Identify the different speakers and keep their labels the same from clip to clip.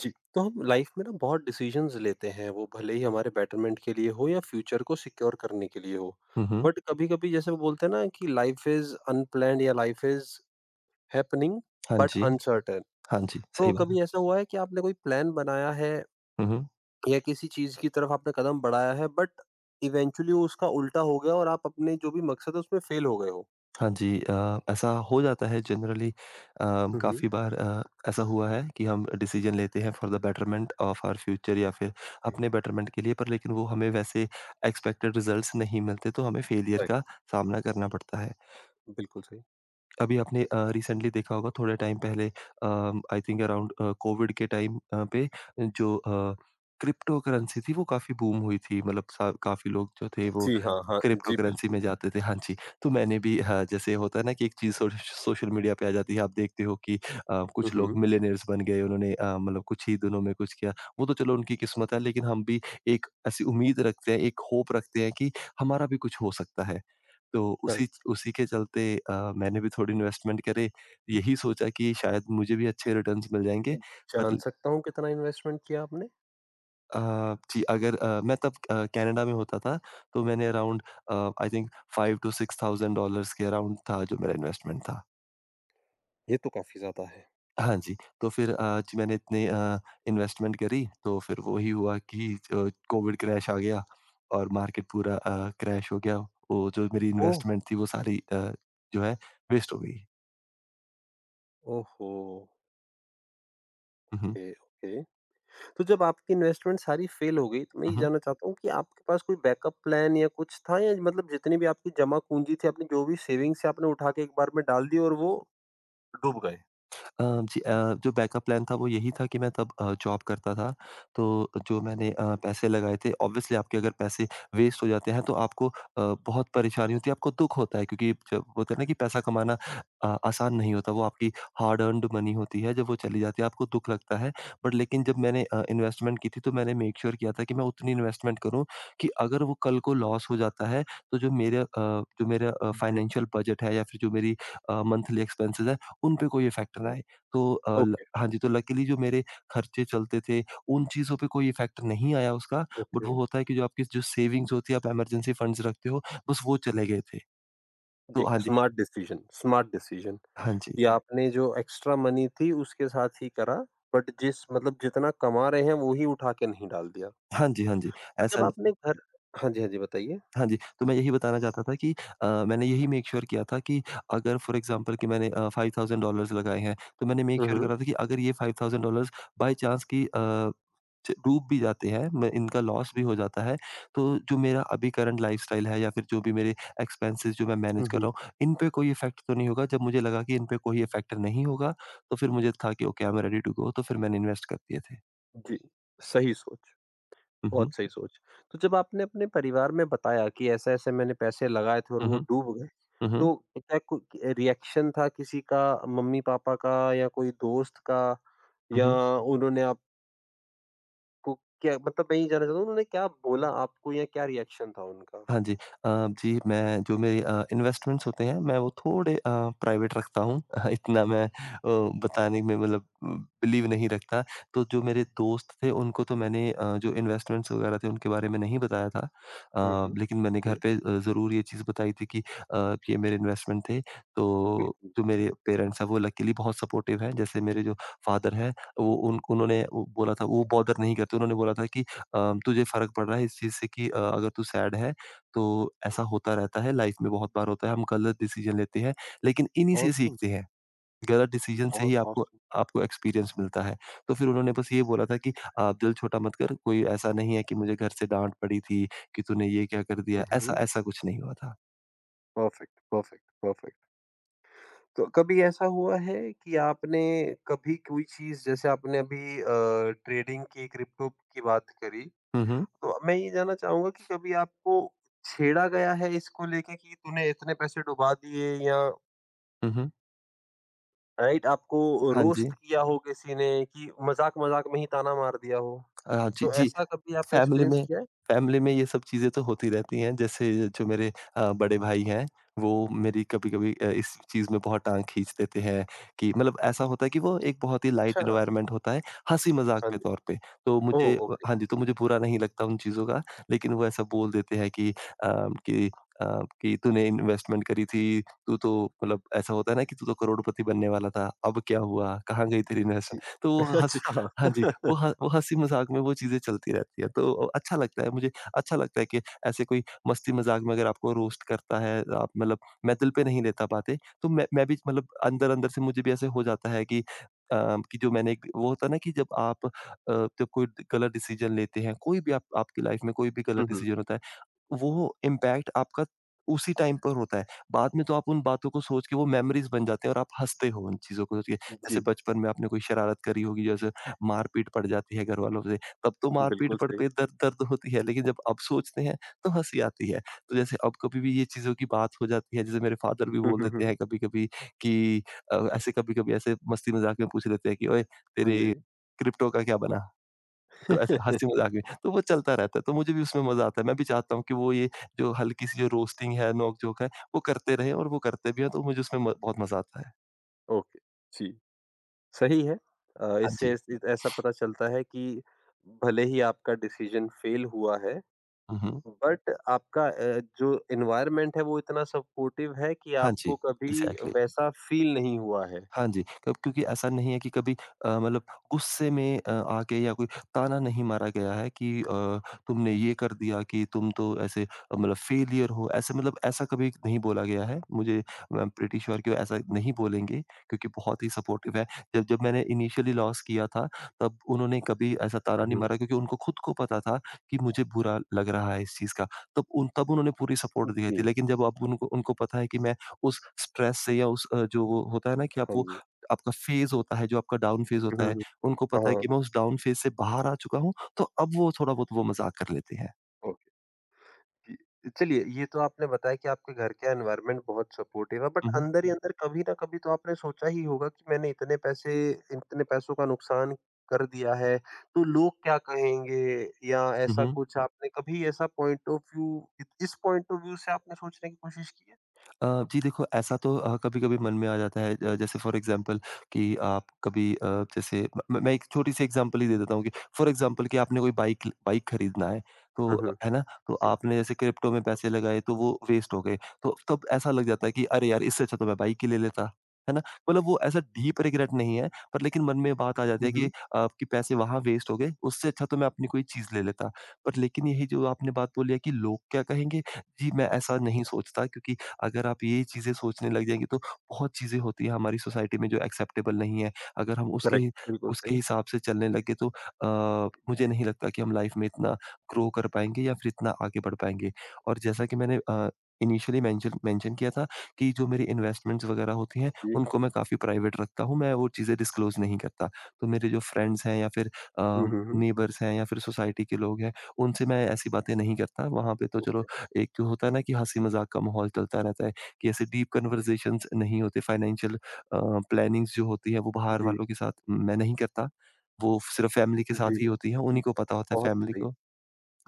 Speaker 1: जी तो हम लाइफ में ना बहुत डिसीजंस लेते हैं, वो भले ही हमारे बेटरमेंट के लिए हो या फ्यूचर को सिक्योर करने के लिए हो।
Speaker 2: हुँ, हुँ।
Speaker 1: बट कभी कभी जैसे वो बोलते हैं ना कि लाइफ इज अनप्लैंड या लाइफ इज हैपनिंग
Speaker 2: हाँ
Speaker 1: बट
Speaker 2: जी।
Speaker 1: अनसर्टेन।
Speaker 2: हाँ जी,
Speaker 1: तो
Speaker 2: सही बात है।
Speaker 1: कभी ऐसा हुआ है कि आपने कोई प्लान बनाया है
Speaker 2: हुँ, हुँ।
Speaker 1: या किसी चीज की तरफ आपने कदम बढ़ाया है बट इवेंचुअली उसका उल्टा हो गया और आप अपने जो भी मकसद है उसमें फेल हो गए हो?
Speaker 2: हाँ जी, ऐसा हो जाता है जनरली,
Speaker 1: हम्म।
Speaker 2: काफ़ी बार, ऐसा हुआ है कि हम डिसीज़न लेते हैं for the betterment of our future या फिर
Speaker 1: जी।
Speaker 2: अपने बेटरमेंट के लिए पर लेकिन वो हमें वैसे एक्सपेक्टेड रिज़ल्ट्स नहीं मिलते, तो हमें फेलियर
Speaker 1: करेक्ट।
Speaker 2: का सामना करना पड़ता है।
Speaker 1: बिल्कुल सही।
Speaker 2: अभी आपने रिसेंटली देखा होगा थोड़े टाइम पहले, आई थिंक अराउंड कोविड के टाइम पे जो क्रिप्टो करेंसी थी वो काफ़ी बूम हुई थी, मतलब सा काफ़ी लोग जो थे वो
Speaker 1: जी हाँ हाँ।
Speaker 2: क्रिप्टो
Speaker 1: जी
Speaker 2: करेंसी में
Speaker 1: बिल्कुल।
Speaker 2: जाते थे। हाँ जी, तो मैंने भी, हाँ, जैसे होता है ना कि एक चीज़ सोशल मीडिया पे आ जाती है, आप देखते हो कि कुछ लोग
Speaker 1: हम्म।
Speaker 2: मिलियनेयर्स बन गए, उन्होंने, मतलब कुछ ही दिनों में कुछ किया। वो तो चलो उनकी किस्मत है, लेकिन हम भी एक ऐसी उम्मीद रखते हैं, एक होप रखते हैं कि हमारा भी कुछ हो सकता है। तो उसी
Speaker 1: करेक्ट।
Speaker 2: उसी के चलते मैंने भी थोड़ी इन्वेस्टमेंट करे। यही सोचा कि शायद मुझे भी अच्छे रिटर्न्स मिल जाएँगे।
Speaker 1: जान
Speaker 2: पर
Speaker 1: सकता हूँ कितना इन्वेस्टमेंट किया आपने?
Speaker 2: अ, जी, अगर, मैं तब, कनाडा में होता था, तो मैंने around uh, I think 5 to 6000 dollars के अराउंड था जो मेरा इन्वेस्टमेंट था।
Speaker 1: ये तो काफ़ी ज़्यादा है।
Speaker 2: हाँ जी, तो फिर जी मैंने इतने, इन्वेस्टमेंट करी, तो फिर वही हुआ कि कोविड क्रैश आ गया और मार्केट पूरा क्रैश हो गया। वो जो मेरी
Speaker 1: ओह!
Speaker 2: इन्वेस्टमेंट थी वो सारी, जो है, वेस्ट हो गई।
Speaker 1: ओहो!
Speaker 2: हुँ, हुँ।
Speaker 1: Okay, okay. तो जब आपकी इन्वेस्टमेंट सारी फ़ेल हो गई, तो मैं
Speaker 2: हुँ,
Speaker 1: ये
Speaker 2: हुँ।
Speaker 1: जानना चाहता हूँ कि आपके पास कोई बैकअप प्लान या कुछ था या मतलब जितनी भी आपकी जमा पूँजी थी, आपने जो भी सेविंग्स है आपने उठा के एक बार में डाल दी और वो डूब गए?
Speaker 2: जी, जो बैकअप प्लान था वो यही था कि मैं तब जॉब करता था। तो जो मैंने पैसे लगाए थे, ऑब्वियसली आपके अगर पैसे वेस्ट हो जाते हैं तो आपको बहुत परेशानी होती है, आपको दुःख होता है, क्योंकि जब होता है ना कि पैसा कमाना आसान नहीं होता, वो आपकी हार्ड अर्न्ड मनी होती है, जब वो चली जाती है आपको दुःख लगता है। बट लेकिन जब मैंने इन्वेस्टमेंट की थी तो मैंने मेक श्योर किया था कि मैं उतनी इन्वेस्टमेंट करूँ कि अगर वो कल को लॉस हो जाता है तो जो मेरा
Speaker 1: जी,
Speaker 2: फाइनेंशियल बजट है या फिर जो मेरी मंथली एक्सपेंसेस हैं, उन पे कोई इफ़ेक्ट ना
Speaker 1: जी।
Speaker 2: आए। तो अ, ल
Speaker 1: ओके,
Speaker 2: हाँ जी, तो लकीली जो मेरे खर्चे चलते थे, उन चीज़ों पे कोई इफ़ेक्ट नहीं आया उसका, बट
Speaker 1: ओके।
Speaker 2: वो होता है कि जो आपकी जो सेविंग्स होती है, आप इमरजेंसी फंड्स रखते हो, बस वो चले गए थे। तो
Speaker 1: जी,
Speaker 2: हाँ जी,
Speaker 1: स्मार्ट डिसीज़न, स्मार्ट डिसीज़न
Speaker 2: हाँ जी,
Speaker 1: कि आपने जो एक्स्ट्रा मनी थी उसके साथ ही करा, बट जिस मतलब जितना कमा रहे हैं वो ही उठा के नहीं डाल दिया।
Speaker 2: हाँ जी, हाँ जी,
Speaker 1: तो जब
Speaker 2: ऐसा न
Speaker 1: आपने घर हाँ जी, हाँ जी, बताइए।
Speaker 2: हाँ जी, तो मैं यही बताना चाहता था कि मैंने यही मेक श्योर किया था कि अगर फॉर एग्ज़ाम्पल कि मैंने $5000 लगाए हैं, तो मैंने मेक
Speaker 1: हुँ,
Speaker 2: श्योर
Speaker 1: हुँ।
Speaker 2: करा था कि अगर ये $5000 बाय चांस कि अ च डूब भी जाते हैं, मैं इनका लॉस भी हो जाता है। तो जो मेरा अभी करंट लाइफ़स्टाइल है या फिर जो भी मेरे एक्सपेंसेस जो मैं
Speaker 1: हुँ,
Speaker 2: मैनेज कर रहा
Speaker 1: हुँ।
Speaker 2: हूँ, इन पे कोई इफ़ेक्ट तो नहीं होगा। जब मुझे लगा कि इन पे कोई इफ़ेक्ट नहीं होगा, तो फिर मुझे था कि okay I am ready to go, तो फिर मैंने इन्वेस्ट कर दिए थे।
Speaker 1: जी, सही सोच,
Speaker 2: हुँ, हुँ।
Speaker 1: बहुत सही सोच। तो जब आपने अपने परिवार में बताया कि ऐसे-ऐसे मैंने पैसे लगाए थे और
Speaker 2: हुँ,
Speaker 1: वो
Speaker 2: हुँ।
Speaker 1: डूब गए,
Speaker 2: हुँ, हुँ।
Speaker 1: तो क्या को रिएक्शन था किसी का, मम्मी-पापा का या कोई दोस्त का
Speaker 2: हुँ,
Speaker 1: या
Speaker 2: हुँ।
Speaker 1: उन्होंने आपको क्या मतलब मैं ये जानना चाहता हूँ उन्होंने क्या बोला आपको या क्या रिएक्शन था उनका?
Speaker 2: हाँ जी। जी, मैं जो मेरे इन्वेस्टमेंट्स होते हैं, मैं वो थोड़े प्राइवेट रखता हूँ। इतना मैं बताने में मतलब बिलीव नहीं रखता। तो जो मेरे दोस्त थे, उनको तो मैंने, जो इन्वेस्टमेंट्स वगैरह थे, उनके बारे में नहीं बताया था।
Speaker 1: हुँ, हुँ।
Speaker 2: लेकिन मैंने घर
Speaker 1: जी,
Speaker 2: पे ज़रूर ये चीज़ बताई थी कि ये मेरे इन्वेस्टमेंट थे। तो
Speaker 1: बिल्कुल,
Speaker 2: जो मेरे पेरेंट्स हैं, वो लकीली बहुत सपोर्टिव हैं। जैसे मेरे जो फादर हैं, वो उन उन्होंने वो बोला था वो बॉदर नहीं करते। उन्होंने बोला था कि "तुझे फ़र्क पड़ रहा है इस चीज़ से कि, अगर तू सैड है, तो ऐसा होता रहता है, लाइफ में बहुत बार होता है, हम गलत डिसीज़न लेते हैं, लेकिन इन्हीं से
Speaker 1: ऑसम,
Speaker 2: सीखते हैं। गलत डिसीज़न से ही
Speaker 1: बहुत
Speaker 2: आपको
Speaker 1: ऑसम।
Speaker 2: आपको एक्सपीरियंस मिलता है। तो फिर उन्होंने बस ये बोला था कि आप दिल छोटा मत कर, कोई ऐसा नहीं है कि मुझे घर से डाँट पड़ी थी कि तूने ये क्या कर
Speaker 1: हुँ,
Speaker 2: दिया,
Speaker 1: हुँ,
Speaker 2: ऐसा
Speaker 1: हुँ।
Speaker 2: ऐसा कुछ नहीं हुआ था।
Speaker 1: Perfect, perfect, perfect. कभी ऐसा हुआ है कि आपने कभी कोई चीज जैसे आपने अभी ट्रेडिंग की क्रिप्टो की बात करी,
Speaker 2: हुँ, हुँ।
Speaker 1: तो मैं ये जानना चाहूंगा कि कभी आपको छेड़ा गया है इसको लेके कि तूने इतने पैसे डुबा दिए, या
Speaker 2: हुँ, हुँ।
Speaker 1: राइट आपको
Speaker 2: हाँ
Speaker 1: रोस्ट
Speaker 2: जी।
Speaker 1: किया हो किसी ने कि मजाक मजाक में ही ताना मार दिया हो?
Speaker 2: जी,
Speaker 1: तो
Speaker 2: जी।
Speaker 1: ऐसा कभी आपने
Speaker 2: फैमिली
Speaker 1: एक्सपीरियंस
Speaker 2: में
Speaker 1: किया है?
Speaker 2: फैमिली में ये सब चीज़ें तो होती रहती हैं। जैसे जो मेरे बड़े भाई हैं, वो मेरी कभी-कभी इस चीज़ में बहुत टाँग खींच देते हैं, कि मतलब ऐसा होता है कि वो एक बहुत ही लाइट
Speaker 1: अच्छा।
Speaker 2: एनवायरनमेंट होता है, हँसी-मज़ाक
Speaker 1: हाँ
Speaker 2: के
Speaker 1: जी।
Speaker 2: तौर पे। तो
Speaker 1: ओ
Speaker 2: मुझे
Speaker 1: ओके।
Speaker 2: हाँ जी, तो मुझे बुरा नहीं लगता उन चीज़ों का, लेकिन वो ऐसा बोल देते हैं कि कि अ, कि तूने इन्वेस्टमेंट करी थी, तू तो मतलब ऐसा होता है ना कि तू तो करोड़पति बनने वाला था, अब क्या हुआ? कहाँ गई तेरी
Speaker 1: जी
Speaker 2: इन्वेस्टमेंट? तो वो हँसी
Speaker 1: अच्छा
Speaker 2: हाँ जी। वो हँसी-मज़ाक में वो चीज़ें चलती रहती है। तो अच्छा लगता है मुझे अच्छा लगता है कि ऐसे कोई मस्ती-मज़ाक में अगर आपको रोस्ट करता है, आप मतलब मैं दिल पे नहीं लेता बातें, तो मैं भी मतलब अंदर-अंदर से मुझे भी ऐसे हो जाता है कि कि जो मैंने एक वो होता है ना कि जब कोई गलत डिसीज़न लेते हैं, कोई भी आप आपकी लाइफ़ में कोई भी
Speaker 1: हम्म,
Speaker 2: गलत
Speaker 1: हम्म,
Speaker 2: डिसीज़न होता है, वो इम्पैक्ट आपका उसी टाइम पर होता है। बाद में तो आप उन बातों को सोच के वो मेमोरीज़ बन जाते हैं और आप हँसते हो उन चीज़ों को सोच के। जैसे
Speaker 1: जी
Speaker 2: बचपन में आपने कोई शरारत करी होगी, जैसे मार-पीट पड़ जाती है घरवालों से, तब तो मार-पीट
Speaker 1: बिल्कुल सही।
Speaker 2: पड़ते दर्द दर्द होती है, लेकिन जब अब सोचते हैं तो हँसी आती है। तो जैसे अब कभी भी ये चीज़ों की बात हो जाती है, जैसे मेरे फादर भी
Speaker 1: हम्म,
Speaker 2: बोल
Speaker 1: हम्म,
Speaker 2: देते
Speaker 1: हम्म,
Speaker 2: हैं कभी-कभी कि ऐसे कभी-कभी ऐसे मस्ती-मज़ाक में पूछ लेते हैं कि, "ओए! तेरे
Speaker 1: हाँ
Speaker 2: क्रिप्टो का क्या बना?" तो ऐसे
Speaker 1: जी
Speaker 2: हँसी मज़ाक में, तो वो चलता रहता है, तो मुझे भी उसमें मज़ा आता है। मैं भी चाहता हूँ कि वो ये जो हल्की-सी जो रोस्टिंग है, नोक-झोंक है, वो करते रहें और वो करते भी हैं, तो मुझे उसमें म बहुत मज़ा आता है।
Speaker 1: ओके, जी, सही है।
Speaker 2: हाँ
Speaker 1: इससे
Speaker 2: जी।
Speaker 1: इस इत ऐसा पता चलता है कि भले ही आपका डिसीज़न फ़ेल हुआ है,
Speaker 2: हुँ, हुँ।
Speaker 1: बट आपका जो एनवायरनमेंट है वो इतना सपोर्टिव है कि
Speaker 2: हाँ जी,
Speaker 1: आपको कभी
Speaker 2: एग्ज़ैक्टली।
Speaker 1: वैसा फ़ील नहीं हुआ है।
Speaker 2: हाँ जी, कब क्योंकि ऐसा नहीं है कि कभी मतलब गुस्से में आके या कोई ताना नहीं मारा गया है कि तुमने ये कर दिया कि तुम तो ऐसे, मतलब फेलियर हो, ऐसे मतलब ऐसा कभी नहीं बोला गया है। मुझे आई एम प्रिटी श्योर कि वो ऐसा नहीं बोलेंगे क्योंकि बहुत ही सपोर्टिव है। जब जब मैंने इनिशियली लॉस किया था, तब उन्होंने कभी ऐसा ताना
Speaker 1: हुँ,
Speaker 2: नहीं
Speaker 1: हुँ।
Speaker 2: मारा क्योंकि उनको खुद को पता था कि मुझे बुरा लग रहा है इस चीज़ का। तब उन्होंने पूरी सपोर्ट दी थी।
Speaker 1: जी,
Speaker 2: लेकिन जब अब उनको उनको पता है कि मैं उस स्ट्रेस से या उस जो वो होता है ना कि आप
Speaker 1: हाँ
Speaker 2: वो
Speaker 1: जी।
Speaker 2: आपका फेज़ होता है, जो आपका डाउन फेज़
Speaker 1: हुँ,
Speaker 2: होता
Speaker 1: हुँ,
Speaker 2: है,
Speaker 1: हुँ।
Speaker 2: उनको
Speaker 1: हाँ,
Speaker 2: पता
Speaker 1: हाँ,
Speaker 2: है
Speaker 1: हाँ।
Speaker 2: कि मैं उस डाउन फेज़ से बाहर आ चुका हूँ, तो अब वो थोड़ा बहुत वो मज़ाक कर लेते हैं।
Speaker 1: ओ कि चलिए ये तो आपने बताया कि आपके घर का एनवायरनमेंट बहुत सपोर्टिव है, बट
Speaker 2: हुँ, हुँ।
Speaker 1: अंदर ही अंदर कभी ना कभी तो आपने सोचा ही होगा कि मैंने इतने पैसे इतने पैसों का नुकसान कर दिया है, तो लोग क्या कहेंगे या
Speaker 2: हुँ,
Speaker 1: ऐसा
Speaker 2: हुँ।
Speaker 1: कुछ आपने कभी ऐसा पॉइंट ऑफ व्यू इस पॉइंट ऑफ व्यू से आपने सोचने की कोशिश की है?
Speaker 2: अ, जी देखो, ऐसा तो कभी-कभी मन में आ जाता है, जैसे फॉर एग्ज़ाम्पल कि आप कभी जैसे म मैं एक छोटी-सी एग्ज़ाम्पल ही दे देता हूँ कि फॉर एग्ज़ाम्पल कि आपने कोई बाइक बाइक खरीदना है, तो
Speaker 1: हम्म।
Speaker 2: है ना? तो
Speaker 1: जी,
Speaker 2: आपने जैसे क्रिप्टो में पैसे लगाए तो वो वेस्ट हो गए, तो तब ऐसा लग जाता है कि अरे यार! इससे अच्छा तो मैं बाइक ही ले लेता। है ना? मतलब वो ऐसा डीप रिग्रेट नहीं है, पर लेकिन मन में बात आ जाती है
Speaker 1: हम्म।
Speaker 2: कि आपके पैसे वहाँ वेस्ट हो गए, उससे अच्छा तो मैं अपनी कोई चीज़ ले लेता। पर लेकिन यही जो आपने बात बोली है कि लोग क्या कहेंगे? जी, मैं ऐसा नहीं सोचता क्योंकि अगर आप ये चीज़ें सोचने लग जाएँगे तो बहुत चीज़ें होती हैं हमारी सोसाइटी में जो एक्सेप्टेबल नहीं है। अगर हम
Speaker 1: करेक्ट बिल्कुल
Speaker 2: उसके
Speaker 1: सही।
Speaker 2: हिसाब से चलने लगे तो मुझे नहीं लगता कि हम लाइफ़ में इतना ग्रो कर पाएँगे या फिर इतना आगे बढ़ पाएँगे। और जैसा कि मैंने इनिशियली मेंशन मेंशन किया था कि जो मेरी इन्वेस्टमेंट्स वगैरह होती हैं,
Speaker 1: जी।
Speaker 2: उनको मैं काफ़ी प्राइवेट रखता हूँ, मैं वो चीज़ें डिस्क्लोज़ नहीं करता। तो मेरे जो फ्रेंड्स हैं या फिर अ,
Speaker 1: हम्म।
Speaker 2: नेबर्स हैं या फिर सोसाइटी के लोग हैं, उनसे मैं ऐसी बातें नहीं करता। वहाँ पे तो चलो
Speaker 1: ओके।
Speaker 2: एक जो होता है ना कि हँसी-मज़ाक का माहौल चलता रहता है कि ऐसे डीप कन्वर्सेशंस नहीं होते फाइनेंशियल प्लानिंग्स जो होती है वो बाहर
Speaker 1: जी।
Speaker 2: वालों के साथ मैं नहीं करता। वो सिर्फ़ फैमिली के
Speaker 1: जी
Speaker 2: साथ ही होती है, उन्हीं को पता होता है
Speaker 1: बहुत
Speaker 2: फैमिली
Speaker 1: सही।
Speaker 2: को।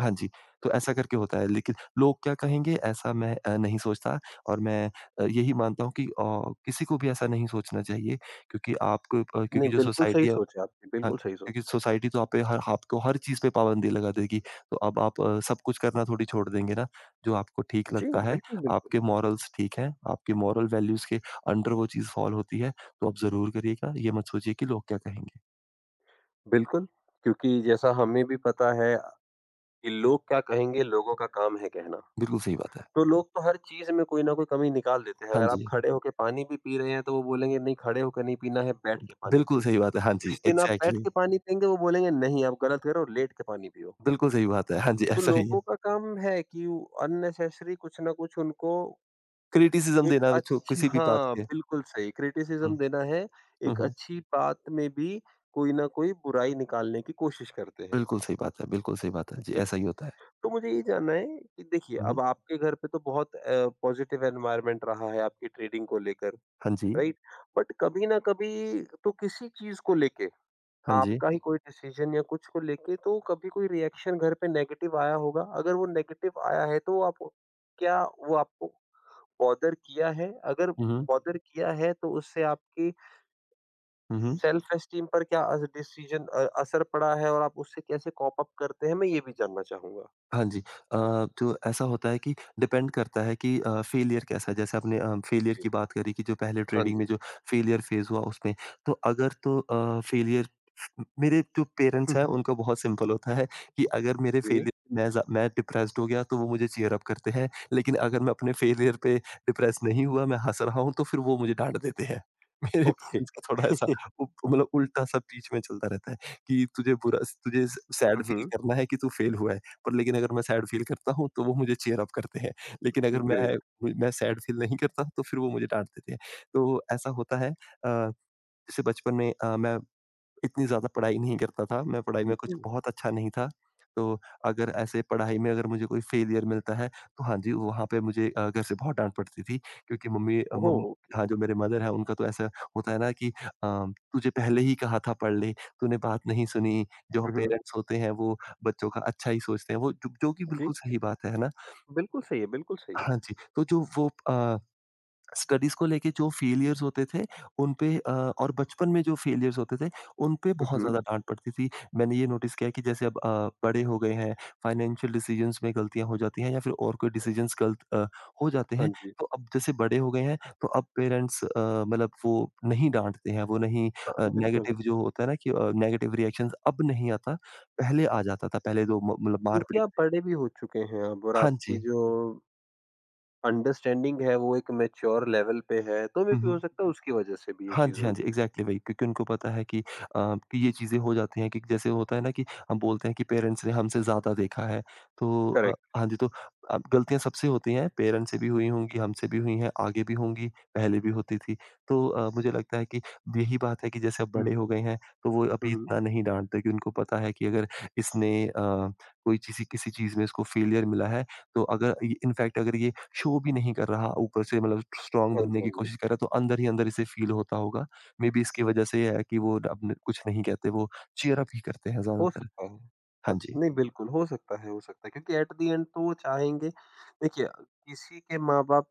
Speaker 2: हाँ जी, तो ऐसा करके होता है लेकिन लोग क्या कहेंगे ऐसा मैं नहीं सोचता और मैं यही मानता हूँ कि किसी को भी ऐसा नहीं सोचना चाहिए क्योंकि
Speaker 1: नहीं
Speaker 2: क्योंकि जो
Speaker 1: बिल्कुल सही
Speaker 2: सोसाइटी है।
Speaker 1: सोचे आपने,
Speaker 2: हाँ,
Speaker 1: बिल्कुल सही
Speaker 2: क्योंकि
Speaker 1: सोचे।
Speaker 2: सोसाइटी तो आप पे हर आपको हर चीज़ पे पाबंदी लगा देगी। तो अब आप सब कुछ करना थोड़ी छोड़ देंगे ना। जो आपको ठीक
Speaker 1: जी
Speaker 2: लगता है,
Speaker 1: बिल्कुल, बिल्कुल।
Speaker 2: आपके मॉरल्स ठीक हैं, आपके मॉरल वैल्यूज़ के अंडर वो चीज़ फ़ॉल होती है, तो आप ज़रूर करिएगा। ये मत सोचिए कि लोग क्या कहेंगे।
Speaker 1: बिल्कुल, क्योंकि जैसा हमें भी पता है कि लोग क्या कहेंगे, लोगों का काम है कहना।
Speaker 2: बिल्कुल सही बात है।
Speaker 1: तो लोग तो हर चीज़ में कोई ना कोई कमी निकाल देते हैं।
Speaker 2: हाँ
Speaker 1: अगर आप
Speaker 2: जी।
Speaker 1: खड़े होके पानी भी पी रहे हैं, तो वो बोलेंगे नहीं खड़े होकर नहीं पीना है, बैठ के पानी
Speaker 2: बिल्कुल
Speaker 1: पियो।
Speaker 2: सही बात है। हाँ जी,
Speaker 1: जिस दिन आप बैठ
Speaker 2: एग्ज़ैक्टली।
Speaker 1: के पानी पिएँगे, वो बोलेंगे नहीं आप गलत कर रहे हो, लेट के पानी पियो।
Speaker 2: बिल्कुल सही बात है। हाँ जी,
Speaker 1: तो
Speaker 2: ऐसा ही
Speaker 1: लोगों
Speaker 2: है।
Speaker 1: का काम है कि अननेसेसरी कुछ ना कुछ उनको
Speaker 2: क्रिटिसिज़्म
Speaker 1: एक
Speaker 2: देना जो
Speaker 1: अच्छी
Speaker 2: किसी भी बात
Speaker 1: हाँ,
Speaker 2: के।
Speaker 1: बिल्कुल सही क्रिटिसिज़्म
Speaker 2: हुँ,
Speaker 1: देना है।
Speaker 2: हुँ,
Speaker 1: एक
Speaker 2: हुँ।
Speaker 1: अच्छी बात में भी कोई ना कोई बुराई निकालने की कोशिश करते हैं।
Speaker 2: बिल्कुल सही बात है, बिल्कुल सही बात है। जी,
Speaker 1: जी।
Speaker 2: ऐसा ही होता है।
Speaker 1: तो मुझे ये जानना है कि देखिए
Speaker 2: हुँ,
Speaker 1: अब
Speaker 2: हुँ।
Speaker 1: आपके घर पे तो बहुत पॉजिटिव एनवायरनमेंट रहा है आपकी ट्रेडिंग को लेकर,
Speaker 2: हाँ जी,
Speaker 1: राइट? बट कभी ना कभी तो किसी चीज को लेके
Speaker 2: हाँ जी।
Speaker 1: आपका ही कोई डिसीजन या कुछ को लेके तो कभी कोई रिएक्शन घर पे नेगेटिव आया होगा, अगर वो नेगेटिव आया है तो आप क्या वो आपको बॉदर किया है? अगर
Speaker 2: हुँ, हुँ।
Speaker 1: बॉदर किया है तो उससे आपकी
Speaker 2: हुँ, हुँ।
Speaker 1: सेल्फ एस्टीम पर क्या डिसीजन असर पड़ा है और आप उससे कैसे कॉप अप करते हैं मैं ये भी जानना चाहूंगा।
Speaker 2: हाँ जी। तो ऐसा होता है कि डिपेंड करता है कि फेलियर कैसा है। जैसे आपने फेलियर
Speaker 1: जी
Speaker 2: की बात करी कि जो पहले
Speaker 1: हाँ
Speaker 2: ट्रेडिंग में
Speaker 1: जी।
Speaker 2: जो फेलियर फेज़ हुआ उसमें, तो अगर तो अ, फेलियर मेरे जो
Speaker 1: हम्म,
Speaker 2: पेरेंट्स हैं
Speaker 1: हम्म,
Speaker 2: उनका बहुत सिंपल होता है कि अगर मेरे
Speaker 1: जी।
Speaker 2: फेलियर मैं डिप्रेस्ड हो गया तो वो मुझे चीयर अप करते हैं। लेकिन अगर मैं अपने फेलियर पे डिप्रेस नहीं हुआ, मैं हँस रहा हूँ तो फिर वो मुझे डाँट देते हैं। मेरे
Speaker 1: ओके।
Speaker 2: पेरेंट्स का थोड़ा ऐसा उप मतलब उल्टा-सा बीच में चलता रहता है कि तुझे सैड फ़ील
Speaker 1: उहुँ,
Speaker 2: करना है कि तू फेल हुआ है। पर लेकिन अगर मैं सैड फ़ील करता हूँ, तो वो मुझे चीयर अप करते हैं। लेकिन अगर
Speaker 1: ग्रेट।
Speaker 2: मैं सैड फ़ील नहीं करता, तो फिर वो मुझे डाँट देते हैं। तो ऐसा होता है। जैसे बचपन में मैं इतनी ज़्यादा पढ़ाई नहीं करता था, मैं पढ़ाई में कुछ
Speaker 1: जी।
Speaker 2: बहुत अच्छा नहीं था। तो अगर ऐसे पढ़ाई में अगर मुझे कोई फेलियर मिलता है तो हाँ जी, वहाँ पे मुझे घर से बहुत डाँट पड़ती थी क्योंकि मम्मी अ,
Speaker 1: ओह!
Speaker 2: मम
Speaker 1: ओके।
Speaker 2: हाँ, जो मेरे मदर हैं, उनका तो ऐसा होता है ना कि अ, "तुझे पहले ही कहा था पढ़ ले, तूने बात नहीं सुनी।" जो
Speaker 1: उहुँ,
Speaker 2: पेरेंट्स होते हैं, वो बच्चों का अच्छा ही सोचते हैं, वो जो जो कि
Speaker 1: जी,
Speaker 2: बिल्कुल
Speaker 1: जी।
Speaker 2: सही बात है ना?
Speaker 1: बिल्कुल सही है, बिल्कुल सही है।
Speaker 2: हाँ जी, तो जो वो स्टडीज को लेके जो फेलियर्स होते थे उन पे और बचपन में जो फेलियर्स होते थे उन पे बहुत
Speaker 1: उहुँ,
Speaker 2: ज़्यादा डाँट पड़ती थी। मैंने ये नोटिस किया है कि जैसे अब बड़े हो गए हैं, फाइनेंशियल डिसीजंस में गलतियाँ हो जाती हैं या फिर और कोई डिसीजंस गलत हो जाते
Speaker 1: हाँ
Speaker 2: हैं।
Speaker 1: जी।
Speaker 2: तो अब जैसे बड़े हो गए हैं तो अब पेरेंट्स मतलब वो नहीं डाँटते हैं, वो नहीं अ,
Speaker 1: बिल्कुल,
Speaker 2: नेगेटिव जो होता है ना कि नेगेटिव रिएक्शंस अब नहीं आता, पहले आ जाता था। पहले तो म मतलब
Speaker 1: क्योंकि
Speaker 2: मार-पीट।
Speaker 1: आप बड़े भी हो चुके हैं अब और
Speaker 2: हाँ जी।
Speaker 1: आपकी जो अंडरस्टैंडिंग है वो एक मैच्योर लेवल पे है, तो मे
Speaker 2: हुँ,
Speaker 1: बी हो
Speaker 2: हुँ।
Speaker 1: सकता है उसकी वजह से भी ये
Speaker 2: हाँ
Speaker 1: चीज़
Speaker 2: जी, हाँ जी,
Speaker 1: होगी।
Speaker 2: एग्ज़ैक्टली वही क्योंकि उनको पता है कि कि ये चीज़ें हो जाती हैं कि जैसे होता है ना कि हम बोलते हैं कि पेरेंट्स ने हमसे ज़्यादा देखा है। तो
Speaker 1: करेक्ट।
Speaker 2: हाँ जी, तो अब गलतियाँ सबसे होती हैं, पेरेंट्स से भी हुई होंगी, हमसे भी हुई हैं, आगे भी होंगी, पहले भी होती थी। तो मुझे लगता है कि यही बात है कि जैसे अब
Speaker 1: हुँ,
Speaker 2: बड़े हो गए हैं, तो वो
Speaker 1: हुँ,
Speaker 2: अभी
Speaker 1: हुँ।
Speaker 2: इतना नहीं डाँटते कि उनको पता है कि अगर इसने कोई चीज़ किसी चीज़ में इसको फेलियर मिला है, तो अगर इ इनफैक्ट अगर ये शो भी नहीं कर रहा, ऊपर से मतलब स्ट्रॉन्ग
Speaker 1: हाँ जी,
Speaker 2: बनने
Speaker 1: हाँ
Speaker 2: की
Speaker 1: जी।
Speaker 2: कोशिश कर रहा है, तो अंदर ही अंदर इसे फ़ील होता होगा। मेबी इसकी वजह से ये है कि वो अब कुछ नहीं कहते, वो चीयर अप ही करते हैं
Speaker 1: हो
Speaker 2: ज़्यादातर।
Speaker 1: सकता है। ह
Speaker 2: हाँ जी,
Speaker 1: नहीं बिल्कुल, हो सकता है क्योंकि एट द एंड तो वो चाहेंगे, देखिए किसी के माँ-बाप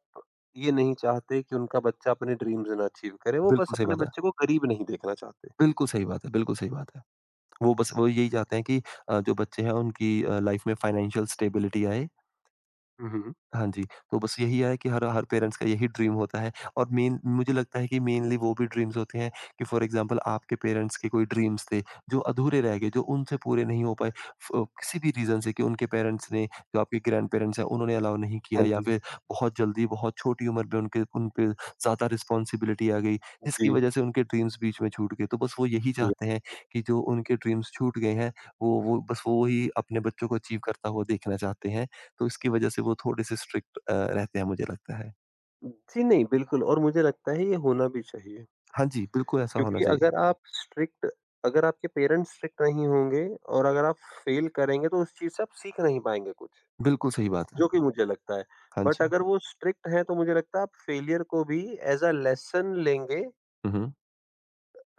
Speaker 1: ये नहीं चाहते कि उनका बच्चा अपने ड्रीम्स ना अचीव करे, वो बस
Speaker 2: बिल्कुल सही
Speaker 1: अपने
Speaker 2: बात है।
Speaker 1: बच्चे को गरीब नहीं देखना चाहते।
Speaker 2: बिल्कुल सही बात है, बिल्कुल सही बात है। वो बस वो यही चाहते हैं कि जो बच्चे हैं उनकी लाइफ़ में फाइनेंशियल स्टेबिलिटी आए।
Speaker 1: हुँ, हुँ।
Speaker 2: हाँ जी, तो बस यही है कि हर हर पेरेंट्स का यही ड्रीम होता है और मेन मुझे लगता है कि मेनली वो भी ड्रीम्स होते हैं कि फॉर एग्ज़ाम्पल आपके पेरेंट्स के कोई ड्रीम्स थे, जो अधूरे रह गए, जो उनसे पूरे नहीं हो पाए फ किसी भी रीज़न से कि उनके पेरेंट्स ने जो आपके ग्रैंड-पेरेंट्स हैं, उन्होंने अलाउ नहीं
Speaker 1: हाँ
Speaker 2: किया या
Speaker 1: जी।
Speaker 2: फिर बहुत जल्दी, बहुत छोटी उम्र में उनके उन पे ज़्यादा रिस्पॉन्सिबिलिटी आ गई, जिसकी
Speaker 1: जी,
Speaker 2: वज़ह से उनके ड्रीम्स बीच में छूट गए। तो बस वो यही
Speaker 1: जी।
Speaker 2: चाहते हैं कि जो उनके ड्रीम्स छूट गए हैं, वो बस वो ही अपने बच्चों को अचीव करता हुआ देखना चाहते हैं। तो इसकी वजह से वो थोड़े-से स्ट्रिक्ट रहते हैं मुझे लगता है।
Speaker 1: जी, नहीं बिल्कुल, और मुझे लगता है ये होना भी चाहिए
Speaker 2: हाँ जी, बिल्कुल ऐसा होना
Speaker 1: क्योंकि
Speaker 2: चाहिए।
Speaker 1: अगर आप स्ट्रिक्ट अगर आपके पेरेंट्स स्ट्रिक्ट नहीं होंगे और अगर आप फेल करेंगे तो उस चीज़ से आप सीख नहीं पाएँगे कुछ।
Speaker 2: बिल्कुल सही बात है।
Speaker 1: जो कि मुझे लगता है।
Speaker 2: हाँ
Speaker 1: बट
Speaker 2: जी।
Speaker 1: अगर वो स्ट्रिक्ट हैं तो मुझे लगता है आप फेलियर को भी एज़ अ लेसन लेंगे,
Speaker 2: हुँ, हुँ।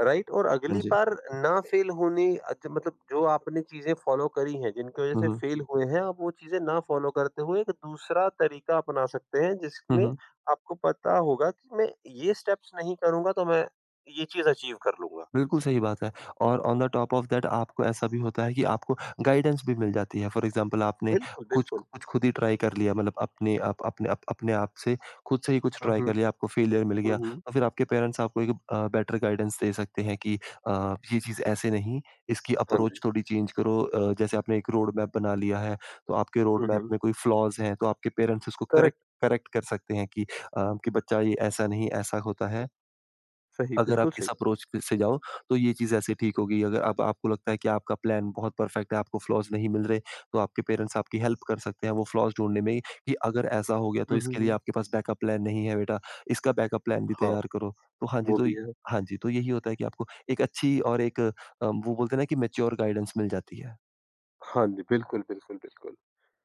Speaker 1: राइट? और
Speaker 2: हाँ
Speaker 1: अगली
Speaker 2: जी।
Speaker 1: बार ना फेल होने अच्छा मतलब जो आपने चीज़ें फॉलो करी हैं, जिनकी वज़ह
Speaker 2: हुँ,
Speaker 1: से
Speaker 2: हुँ।
Speaker 1: फेल हुए हैं, आप वो चीज़ें ना फॉलो करते हुए एक दूसरा तरीका अपना सकते हैं,
Speaker 2: हुँ,
Speaker 1: जिसमें
Speaker 2: हुँ।
Speaker 1: आपको पता होगा कि मैं ये स्टेप्स नहीं करूँगा तो मैं ये चीज़ अचीव कर लूँगा।
Speaker 2: बिल्कुल सही बात है और on the top of that आपको ऐसा भी होता है कि आपको गाइडेंस भी मिल जाती है। फॉर एग्ज़ाम्पल आपने
Speaker 1: बिल्कुल,
Speaker 2: कुछ
Speaker 1: बिल्कुल।
Speaker 2: कुछ खुद ही ट्राई कर लिया मतलब अपने आप से खुद से ही कुछ
Speaker 1: हुँ,
Speaker 2: ट्राई
Speaker 1: हुँ।
Speaker 2: कर लिया, आपको फेलियर मिल
Speaker 1: हुँ,
Speaker 2: गया,
Speaker 1: हुँ।
Speaker 2: तो फिर आपके पेरेंट्स आपको एक बेटर गाइडेंस दे सकते हैं कि ये चीज़ ऐसे नहीं, इसकी
Speaker 1: हाँ जी।
Speaker 2: अप्रोच थोड़ी चेंज करो। जैसे आपने एक रोड मैप बना लिया है, तो आपके रोड
Speaker 1: हुँ,
Speaker 2: मैप
Speaker 1: हुँ।
Speaker 2: में कोई फ्लॉज़ हैं, तो आपके पेरेंट्स उसको करेक्ट
Speaker 1: करेक्ट।
Speaker 2: करेक्ट कर सकते हैं कि कि बच्चा ये ऐसा नहीं, ऐसा होता है।
Speaker 1: सही,
Speaker 2: अगर
Speaker 1: बिल्कुल
Speaker 2: आप इस
Speaker 1: सही।
Speaker 2: अप्रोच क से जाओ, तो ये चीज़ ऐसे ठीक होगी। अगर अब आपको लगता है कि आपका प्लान बहुत परफेक्ट है, आपको फ्लॉज़ नहीं मिल रहे, तो आपके पेरेंट्स आपकी हेल्प कर सकते हैं वो फ्लॉज़ ढूँढने में कि अगर ऐसा हो गया तो
Speaker 1: हुँ, हुँ,
Speaker 2: इसके लिए
Speaker 1: हुँ।
Speaker 2: आपके पास बैकअप प्लान नहीं है बेटा, इसका बैकअप प्लान भी
Speaker 1: हाँ,
Speaker 2: तैयार करो। तो हाँ जी,
Speaker 1: वो
Speaker 2: तो
Speaker 1: भी है।
Speaker 2: हाँ जी, तो यही होता है कि आपको एक अच्छी और एक वो बोलते हैं ना कि मैच्योर गाइडेंस मिल जाती है।
Speaker 1: हाँ जी, बिल्कुल, बिल्कुल, बिल्कुल।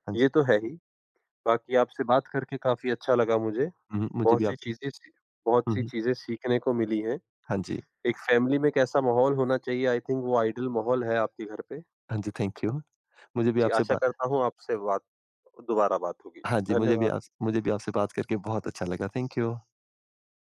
Speaker 2: हाँ जी।
Speaker 1: ये तो है ही, बाकी आपसे बात करके काफ़ी अच्छा लगा मुझे।
Speaker 2: हुँ, हुँ, मुझे
Speaker 1: बहुत
Speaker 2: भी
Speaker 1: सी
Speaker 2: आपसे।
Speaker 1: चीज़ें सी बहुत
Speaker 2: हुँ,
Speaker 1: सी
Speaker 2: हुँ।
Speaker 1: चीज़ें सीखने को मिली हैं।
Speaker 2: हाँ जी।
Speaker 1: एक फैमिली में कैसा माहौल होना चाहिए, आई थिंक वो आइडियल माहौल है आपके घर पे।
Speaker 2: हाँ जी, थैंक यू। मुझे भी
Speaker 1: जी,
Speaker 2: आपसे
Speaker 1: आशा
Speaker 2: बात।
Speaker 1: करता हूँ आपसे बात दोबारा बात होगी।
Speaker 2: हाँ जी,
Speaker 1: धन्यवाद।
Speaker 2: मुझे भी आपसे बात करके बहुत अच्छा लगा। Thank you.